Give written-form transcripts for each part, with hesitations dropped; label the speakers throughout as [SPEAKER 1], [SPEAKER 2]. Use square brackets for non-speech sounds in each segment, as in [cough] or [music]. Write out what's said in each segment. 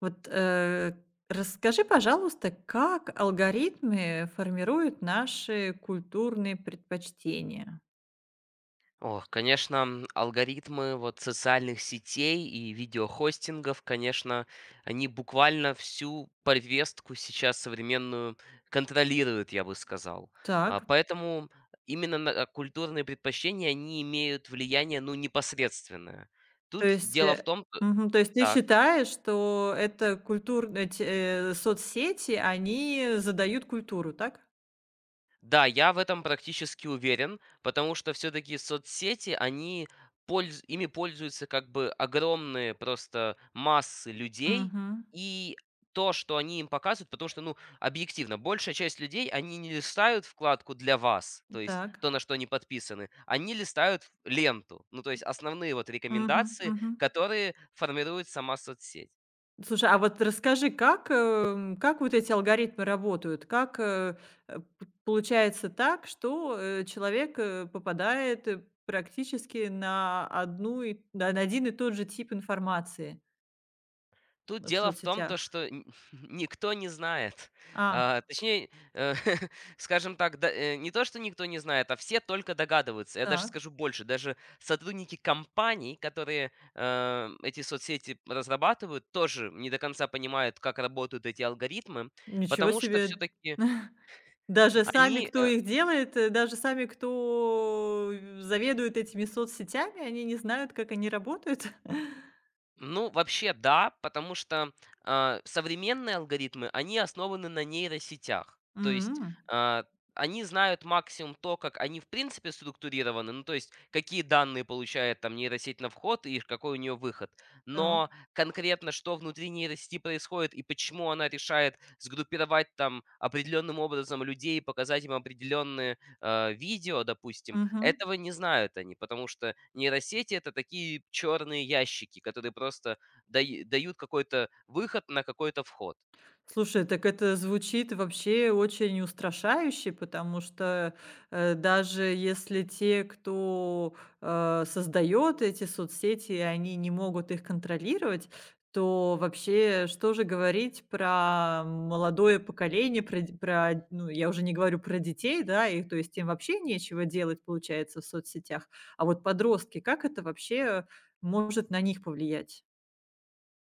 [SPEAKER 1] Вот, расскажи, пожалуйста, как алгоритмы формируют наши культурные предпочтения?
[SPEAKER 2] Ох, конечно, алгоритмы вот социальных сетей и видеохостингов, конечно, они буквально всю повестку сейчас современную контролируют, я бы сказал.
[SPEAKER 1] Так,
[SPEAKER 2] Поэтому именно культурные предпочтения, они имеют влияние, ну, непосредственное.
[SPEAKER 1] то
[SPEAKER 2] Тут
[SPEAKER 1] есть,
[SPEAKER 2] дело в том,
[SPEAKER 1] то есть ты
[SPEAKER 2] так.
[SPEAKER 1] считаешь, что это культур эти, соцсети, они задают культуру, так?
[SPEAKER 2] Да, я в этом практически уверен, потому что все-таки соцсети, они ими пользуются как бы огромные просто массы людей,
[SPEAKER 1] Мгм.
[SPEAKER 2] и то, что они им показывают, потому что, ну, объективно, большая часть людей, они не листают вкладку для вас, то есть
[SPEAKER 1] Так.
[SPEAKER 2] то, на что они подписаны, они листают ленту, ну, то есть основные вот
[SPEAKER 1] Мгм,
[SPEAKER 2] рекомендации,
[SPEAKER 1] мгм.
[SPEAKER 2] которые формирует сама соцсеть.
[SPEAKER 1] Слушай, а вот расскажи, как вот эти алгоритмы работают? Как, э, э, п- получается так, что, человек, попадает, практически на один и тот же тип информации
[SPEAKER 2] Тут
[SPEAKER 1] в
[SPEAKER 2] дело в том, то,
[SPEAKER 1] соцсетях?
[SPEAKER 2] что н [laughs] никто не знает.
[SPEAKER 1] А,
[SPEAKER 2] А, точнее, [laughs] скажем так, да, не то, что никто не знает, а все только догадываются. Я даже
[SPEAKER 1] так.
[SPEAKER 2] скажу больше, даже сотрудники компаний, которые, эти соцсети разрабатывают, тоже не до конца понимают, как работают эти алгоритмы,
[SPEAKER 1] Ничего
[SPEAKER 2] потому что все
[SPEAKER 1] себе.
[SPEAKER 2] таки
[SPEAKER 1] [laughs] Даже сами,
[SPEAKER 2] они,
[SPEAKER 1] кто
[SPEAKER 2] э
[SPEAKER 1] их делает, даже сами, кто заведует этими соцсетями, они не знают, как они работают? [laughs]
[SPEAKER 2] Ну, вообще, да, потому что современные алгоритмы, они основаны на нейросетях. То есть
[SPEAKER 1] М,
[SPEAKER 2] а, они знают максимум то, как они в принципе структурированы, ну, то есть какие данные получает там нейросеть на вход и какой у нее выход.
[SPEAKER 1] так.
[SPEAKER 2] Но конкретно, что внутри нейросети происходит и почему она решает сгруппировать там определенным образом людей, показать им определенные видео, допустим, этого не знают они, потому что нейросети это такие черные ящики, которые просто дают какой-то выход на какой-то вход.
[SPEAKER 1] Слушай, так это звучит вообще очень устрашающе, потому что, даже если те, кто, создает эти соцсети, они не могут их контролировать, то вообще что же говорить про молодое поколение, ну, я уже не говорю про детей, да, и то есть им вообще нечего делать, получается, в соцсетях. А вот подростки, как это вообще может на них повлиять?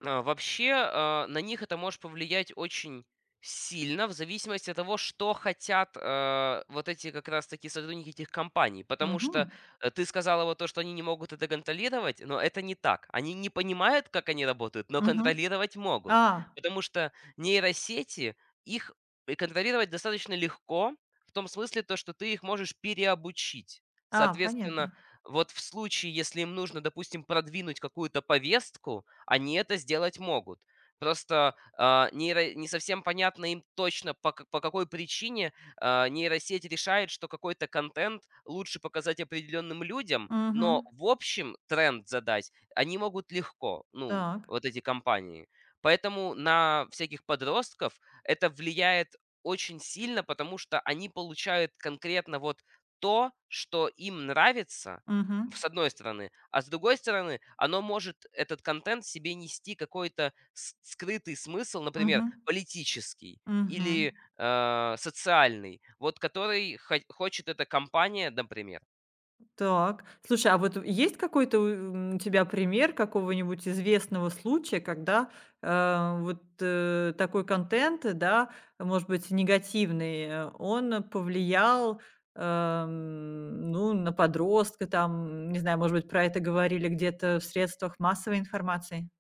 [SPEAKER 2] А, вообще, на них это может повлиять очень сильно в зависимости от того, что хотят, вот эти как раз таки сотрудники этих компаний. Потому что,
[SPEAKER 1] Мгм.
[SPEAKER 2] ты сказала вот то, что они не могут это контролировать, но это не так. Они не понимают, как они работают, но
[SPEAKER 1] Мгм.
[SPEAKER 2] контролировать могут.
[SPEAKER 1] А,
[SPEAKER 2] Потому что нейросети, их и контролировать достаточно легко, в том смысле то, что ты их можешь переобучить.
[SPEAKER 1] а,
[SPEAKER 2] Соответственно,
[SPEAKER 1] понятно.
[SPEAKER 2] вот в случае, если им нужно, допустим, продвинуть какую-то повестку, они это сделать могут. Просто, а, нейро не совсем понятно им точно, по какой причине, нейросеть решает, что какой-то контент лучше показать определенным людям, но
[SPEAKER 1] Мгм.
[SPEAKER 2] в общем тренд задать они могут легко, ну,
[SPEAKER 1] Так.
[SPEAKER 2] вот эти компании. Поэтому на всяких подростков это влияет очень сильно, потому что они получают конкретно вот то, что им нравится,
[SPEAKER 1] Мгм.
[SPEAKER 2] с одной стороны. А с другой стороны, оно может, этот контент, себе нести какой-то с скрытый смысл, например,
[SPEAKER 1] Мгм.
[SPEAKER 2] политический
[SPEAKER 1] Мгм.
[SPEAKER 2] или, социальный, вот который хо хочет эта компания, например.
[SPEAKER 1] Так. Слушай, а вот есть какой-то у тебя пример какого-нибудь известного случая, когда, вот, такой контент, да, может быть, негативный, он повлиял, ну, на подростка, там, не знаю, может быть, про это говорили где-то в средствах массовой информации?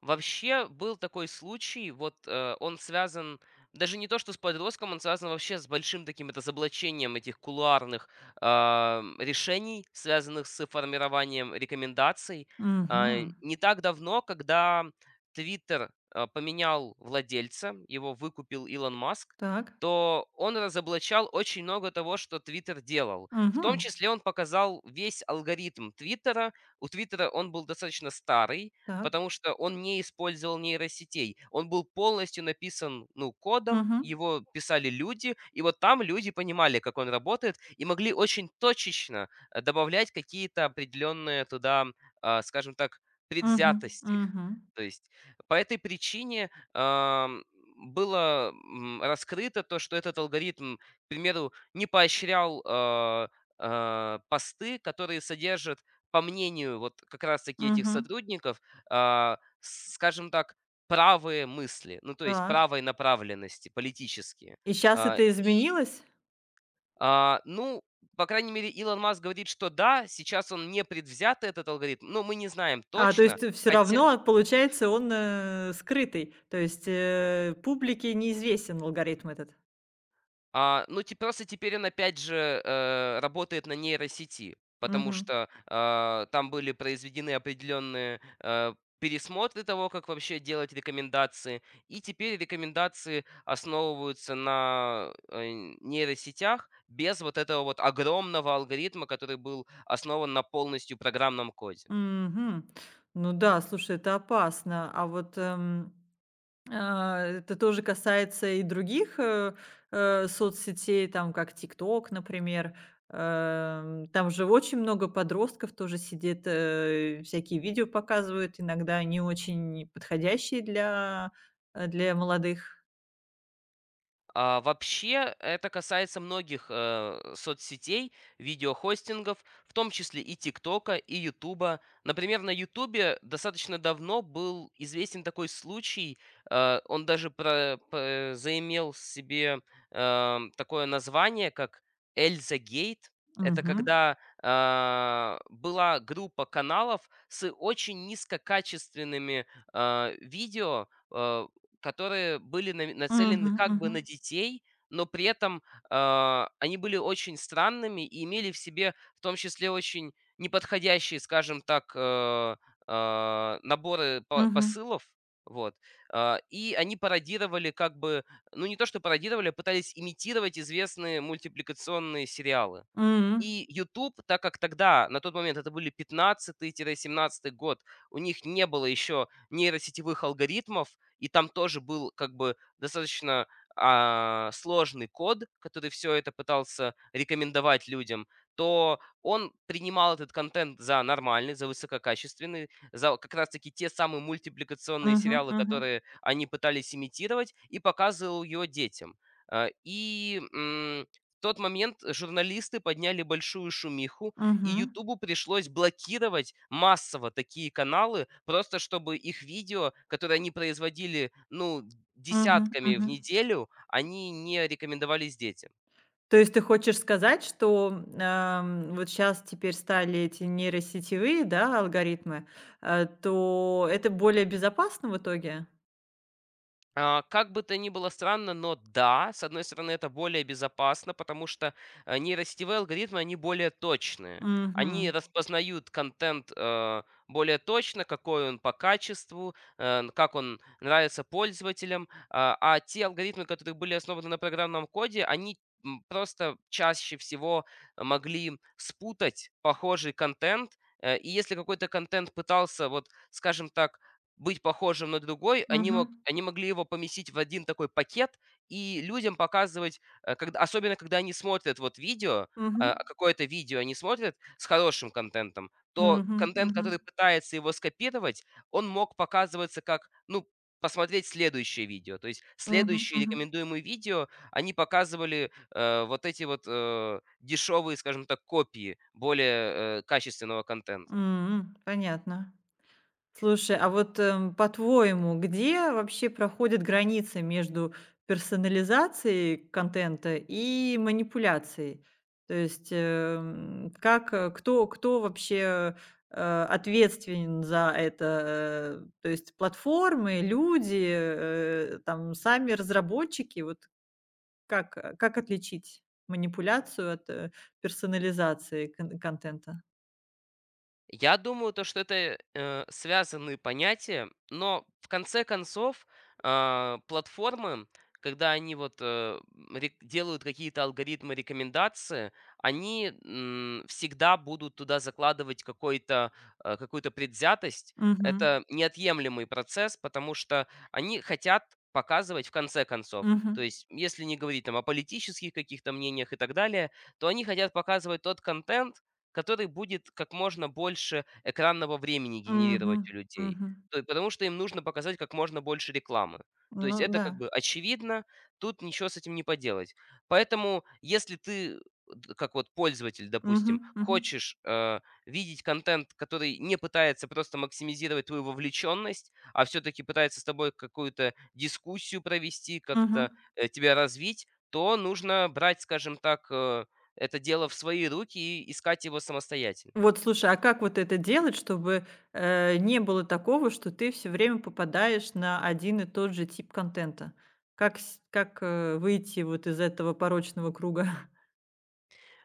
[SPEAKER 2] Вообще был такой случай, вот, он связан даже не то, что с подростком, он связан вообще с большим таким это заблочением этих кулуарных, решений, связанных с формированием рекомендаций. А,
[SPEAKER 1] Угу.
[SPEAKER 2] не так давно, когда «Твиттер», поменял владельца, его выкупил Илон Маск,
[SPEAKER 1] Так.
[SPEAKER 2] то он разоблачал очень много того, что «Твиттер» делал. В том
[SPEAKER 1] Угу.
[SPEAKER 2] числе он показал весь алгоритм «Твиттера». У «Твиттера» он был достаточно старый,
[SPEAKER 1] Так.
[SPEAKER 2] потому что он не использовал нейросетей. Он был полностью написан, ну, кодом,
[SPEAKER 1] Угу.
[SPEAKER 2] его писали люди, и вот там люди понимали, как он работает, и могли очень точечно добавлять какие-то определенные туда, скажем так,
[SPEAKER 1] Угу.
[SPEAKER 2] предвзятости.
[SPEAKER 1] Угу.
[SPEAKER 2] [laughs] То есть по этой причине было раскрыто то, что этот алгоритм, к примеру, не поощрял посты, которые содержат, по мнению вот как раз-таки этих
[SPEAKER 1] Мгм.
[SPEAKER 2] сотрудников, а, с скажем так, правые мысли, ну, то есть
[SPEAKER 1] Так.
[SPEAKER 2] правой направленности политические.
[SPEAKER 1] И сейчас
[SPEAKER 2] А,
[SPEAKER 1] это
[SPEAKER 2] и,
[SPEAKER 1] изменилось?
[SPEAKER 2] ну, по крайней мере, Илон Маск говорит, что да, сейчас он не предвзят этот алгоритм, но мы не знаем
[SPEAKER 1] А, то
[SPEAKER 2] точно,
[SPEAKER 1] есть все
[SPEAKER 2] хотя
[SPEAKER 1] равно, получается, он, скрытый. То есть, публике неизвестен алгоритм этот.
[SPEAKER 2] А, ну, те просто теперь он опять же, работает на нейросети, потому
[SPEAKER 1] Мгм.
[SPEAKER 2] что, там были произведены определенные, пересмотры того, как вообще делать рекомендации. И теперь рекомендации основываются на, нейросетях без вот этого вот огромного алгоритма, который был основан на полностью программном коде.
[SPEAKER 1] Мгм. Ну да, слушай, это опасно. Это тоже касается и других, соцсетей, там как "Тикток", например. Там же очень много подростков тоже сидит, всякие видео показывают, иногда не очень подходящие для молодых.
[SPEAKER 2] А, вообще, это касается многих соцсетей, видеохостингов, в том числе и ТикТока, и Ютуба. Например, на Ютубе достаточно давно был известен такой случай, он даже заимел себе такое название, как Эльза Гейт. Это
[SPEAKER 1] Мгм.
[SPEAKER 2] когда была группа каналов с очень низкокачественными видео, которые были на нацелены
[SPEAKER 1] Мгм,
[SPEAKER 2] как бы
[SPEAKER 1] мгм,
[SPEAKER 2] на детей, но при этом, они были очень странными и имели в себе в том числе очень неподходящие, скажем так, наборы по
[SPEAKER 1] мгм,
[SPEAKER 2] посылов. Вот. А, и они пародировали как бы, ну, не то что пародировали, а пытались имитировать известные мультипликационные сериалы.
[SPEAKER 1] м,
[SPEAKER 2] И YouTube, так как тогда, на тот момент, это были 15 семнадцатый год, у них не было еще нейросетевых алгоритмов, и там тоже был как бы достаточно, сложный код, который все это пытался рекомендовать людям, то он принимал этот контент за нормальный, за высококачественный, за как раз таки те самые мультипликационные
[SPEAKER 1] мгм,
[SPEAKER 2] сериалы,
[SPEAKER 1] мгм,
[SPEAKER 2] которые они пытались имитировать, и показывал ее детям. Э, и, м, в тот момент журналисты подняли большую шумиху, и
[SPEAKER 1] мгм,
[SPEAKER 2] «Ютубу» пришлось блокировать массово такие каналы, просто чтобы их видео, которые они производили, ну,
[SPEAKER 1] мгм,
[SPEAKER 2] десятками в
[SPEAKER 1] мгм.
[SPEAKER 2] неделю, они не рекомендовались детям.
[SPEAKER 1] То есть ты хочешь сказать, что, вот сейчас теперь стали эти нейросетевые, да, алгоритмы, то это более безопасно в итоге?
[SPEAKER 2] А, как бы то ни было странно, но да, с одной стороны, это более безопасно, потому что нейросетевые алгоритмы, они более точные. Они
[SPEAKER 1] Мгм.
[SPEAKER 2] распознают контент более точно, какой он по качеству, как он нравится пользователям. А те алгоритмы, которые были основаны на программном коде, они просто чаще всего могли спутать похожий контент. Э, и если какой-то контент пытался, вот, скажем так, быть похожим на другой,
[SPEAKER 1] Мгм.
[SPEAKER 2] они могли его поместить в один такой пакет и людям показывать, э, когда особенно когда они смотрят вот видео,
[SPEAKER 1] Мгм.
[SPEAKER 2] какое-то видео они смотрят с хорошим контентом, то
[SPEAKER 1] Мгм.
[SPEAKER 2] контент,
[SPEAKER 1] Мгм.
[SPEAKER 2] который пытается его скопировать, он мог показываться как, ну, посмотреть следующее видео. То есть
[SPEAKER 1] Мгм.
[SPEAKER 2] следующие
[SPEAKER 1] Мгм.
[SPEAKER 2] рекомендуемые видео, они показывали, вот эти вот, дешевые, скажем так, копии более, качественного контента.
[SPEAKER 1] Понятно. Слушай, а вот, по-твоему, где вообще проходит граница между персонализацией контента и манипуляцией? То есть, кто вообще, ответственен за это? То есть платформы, люди, там сами разработчики? Вот как отличить манипуляцию от, персонализации контента?
[SPEAKER 2] Я думаю, то, что это связанные понятия, но в конце концов платформы, когда они делают какие-то алгоритмы рекомендации, они всегда будут туда закладывать какую-то предвзятость.
[SPEAKER 1] Мгм.
[SPEAKER 2] Это неотъемлемый процесс, потому что они хотят показывать в конце концов. То
[SPEAKER 1] Мгм.
[SPEAKER 2] есть, если не говорить там о политических каких-то мнениях и так далее, то они хотят показывать тот контент, который будет как можно больше экранного времени
[SPEAKER 1] Мгм.
[SPEAKER 2] генерировать у людей.
[SPEAKER 1] Мгм.
[SPEAKER 2] То есть потому что им нужно показать как можно больше рекламы. То
[SPEAKER 1] Ну
[SPEAKER 2] есть это
[SPEAKER 1] да.
[SPEAKER 2] как бы очевидно, тут ничего с этим не поделать. Поэтому, если ты, д как вот пользователь,
[SPEAKER 1] Мгм,
[SPEAKER 2] допустим,
[SPEAKER 1] мгм,
[SPEAKER 2] хочешь, видеть контент, который не пытается просто максимизировать твою вовлеченность, а все таки пытается с тобой какую-то дискуссию провести,
[SPEAKER 1] мгм.
[SPEAKER 2] как-то, тебя развить, то нужно брать, скажем так, это дело в свои руки и искать его самостоятельно.
[SPEAKER 1] Вот, слушай, а как вот это делать, чтобы, не было такого, что ты все время попадаешь на один и тот же тип контента? Как сь как, э, выйти вот из этого порочного круга? [laughs]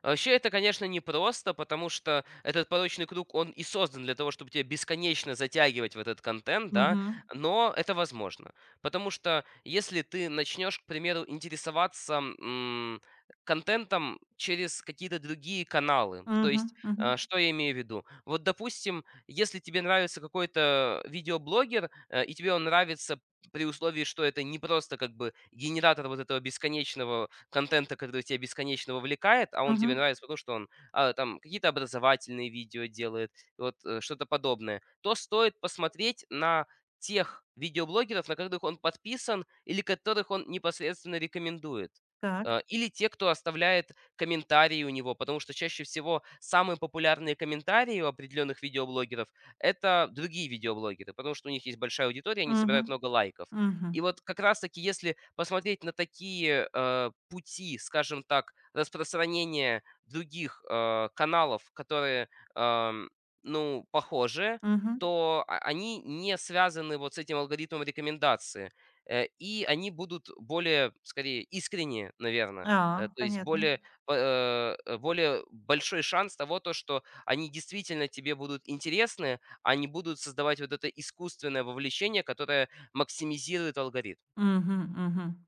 [SPEAKER 2] Вообще, это, конечно, непросто, потому что этот порочный круг, он и создан для того, чтобы тебя бесконечно затягивать в этот контент, да,
[SPEAKER 1] Мгм,
[SPEAKER 2] но это возможно. Потому что если ты начнешь, к примеру, интересоваться контентом через какие-то другие каналы, то
[SPEAKER 1] мгм,
[SPEAKER 2] есть,
[SPEAKER 1] мгм,
[SPEAKER 2] что я имею в виду? Вот, допустим, если тебе нравится какой-то видеоблогер, и тебе он нравится при условии, что это не просто как бы генератор вот этого бесконечного контента, который тебя бесконечно вовлекает, а он тебе
[SPEAKER 1] мгм.
[SPEAKER 2] нравится потому, что он там какие-то образовательные видео делает, что-то подобное, то стоит посмотреть на тех видеоблогеров, на которых он подписан или которых он непосредственно рекомендует.
[SPEAKER 1] Так.
[SPEAKER 2] Э, или те, кто оставляет комментарии у него, потому что чаще всего самые популярные комментарии у определенных видеоблогеров это другие видеоблогеры, потому что у них есть большая аудитория, они
[SPEAKER 1] Мгм,
[SPEAKER 2] собирают много лайков.
[SPEAKER 1] мгм,
[SPEAKER 2] И вот как раз-таки, если посмотреть на такие пути, скажем так, распространения других каналов, которые, ам, ну, похожи,
[SPEAKER 1] мгм.
[SPEAKER 2] то они не связаны вот с этим алгоритмом рекомендации. Э, и они будут более, скорее, искренние, наверное.
[SPEAKER 1] А,
[SPEAKER 2] То есть
[SPEAKER 1] понятно.
[SPEAKER 2] более, э, э, более большой шанс того, то, что они действительно тебе будут интересны, а не будут создавать вот это искусственное вовлечение, которое максимизирует алгоритм.
[SPEAKER 1] Мгм, мгм.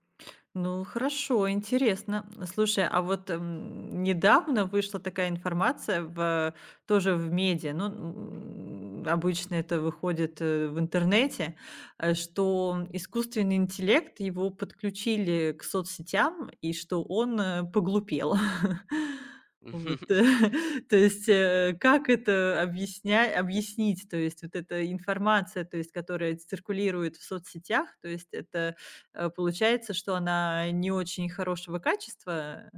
[SPEAKER 1] Ну, хорошо, интересно. Слушай, а вот, недавно вышла такая информация тоже в медиа, ну, обычно это выходит в интернете, что искусственный интеллект, его подключили к соцсетям, и что он поглупел. [laughs] Вот,
[SPEAKER 2] [laughs]
[SPEAKER 1] [laughs] то есть, как это объяснить? То есть, вот эта информация, то есть, которая циркулирует в соцсетях, то есть, получается, что она не очень хорошего качества.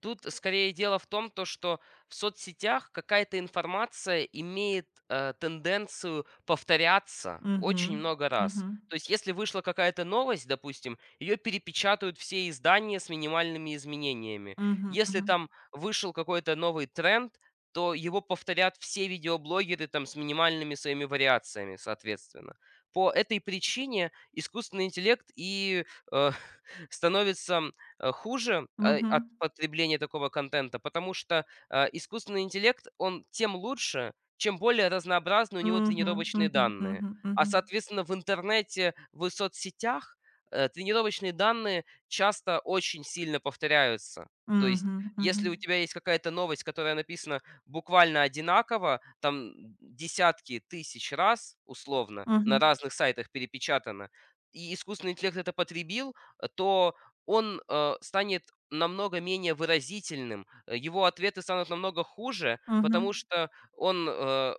[SPEAKER 2] Тут скорее дело в том, то что в соцсетях какая-то информация имеет, тенденцию повторяться
[SPEAKER 1] Мгм.
[SPEAKER 2] очень много раз.
[SPEAKER 1] Мгм.
[SPEAKER 2] То есть, если вышла какая-то новость, допустим, ее перепечатают все издания с минимальными изменениями.
[SPEAKER 1] Мгм.
[SPEAKER 2] Если
[SPEAKER 1] Мгм.
[SPEAKER 2] там вышел какой-то новый тренд, то его повторят все видеоблогеры там с минимальными своими вариациями, соответственно. По этой причине искусственный интеллект э, [laughs] становится хуже, от
[SPEAKER 1] Мгм.
[SPEAKER 2] потребления такого контента, потому что, искусственный интеллект, он тем лучше, чем более разнообразны у него
[SPEAKER 1] Мгм.
[SPEAKER 2] тренировочные
[SPEAKER 1] Мгм.
[SPEAKER 2] данные.
[SPEAKER 1] Мгм.
[SPEAKER 2] А,
[SPEAKER 1] Мгм.
[SPEAKER 2] соответственно, в интернете, в соцсетях, тренировочные данные часто очень сильно повторяются. То есть,
[SPEAKER 1] Мгм. Мгм.
[SPEAKER 2] если у тебя есть какая-то новость, которая написана буквально одинаково, там десятки тысяч раз, условно, на
[SPEAKER 1] Мгм.
[SPEAKER 2] разных сайтах перепечатано, и искусственный интеллект это потребил, то он, станет намного менее выразительным, его ответы станут намного хуже, потому
[SPEAKER 1] Мгм.
[SPEAKER 2] что он, э,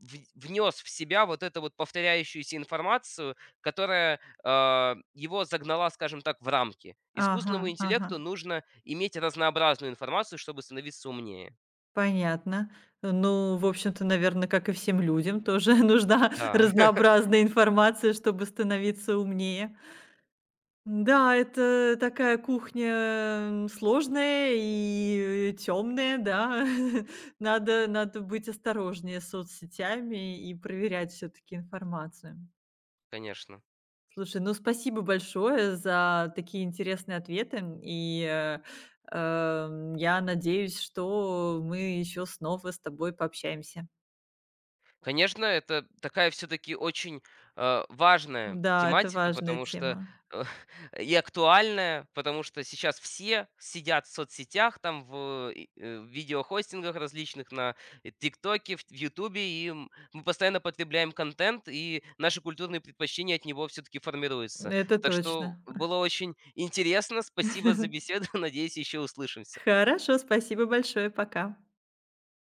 [SPEAKER 2] в внес в себя вот эту вот повторяющуюся информацию, которая, его загнала, скажем так, в рамки.
[SPEAKER 1] Ага,
[SPEAKER 2] Искусственному
[SPEAKER 1] ага.
[SPEAKER 2] интеллекту нужно иметь разнообразную информацию, чтобы становиться умнее.
[SPEAKER 1] Понятно. Ну, в общем-то, наверное, как и всем людям, тоже [laughs] нужна
[SPEAKER 2] Да, [laughs]
[SPEAKER 1] разнообразная информация, чтобы становиться умнее. Да, это такая кухня, сложная и темная, да. [laughs] Надо быть осторожнее с соцсетями и проверять все таки информацию.
[SPEAKER 2] конечно.
[SPEAKER 1] Слушай, ну спасибо большое за такие интересные ответы. И, я надеюсь, что мы еще снова с тобой пообщаемся.
[SPEAKER 2] Конечно, это такая все таки очень, важная
[SPEAKER 1] Да, это
[SPEAKER 2] тематика,
[SPEAKER 1] важная
[SPEAKER 2] потому что,
[SPEAKER 1] тема.
[SPEAKER 2] э, [laughs] и актуальная, потому что сейчас все сидят в соцсетях, в видеохостингах различных, на «Тиктоке», в «Ютубе», и мы постоянно потребляем контент, и наши культурные предпочтения от него все таки формируются.
[SPEAKER 1] Это
[SPEAKER 2] Так что
[SPEAKER 1] точно.
[SPEAKER 2] было очень интересно. Спасибо за беседу.
[SPEAKER 1] [laughs]
[SPEAKER 2] [laughs] Надеюсь, еще услышимся.
[SPEAKER 1] Хорошо, спасибо большое. Пока.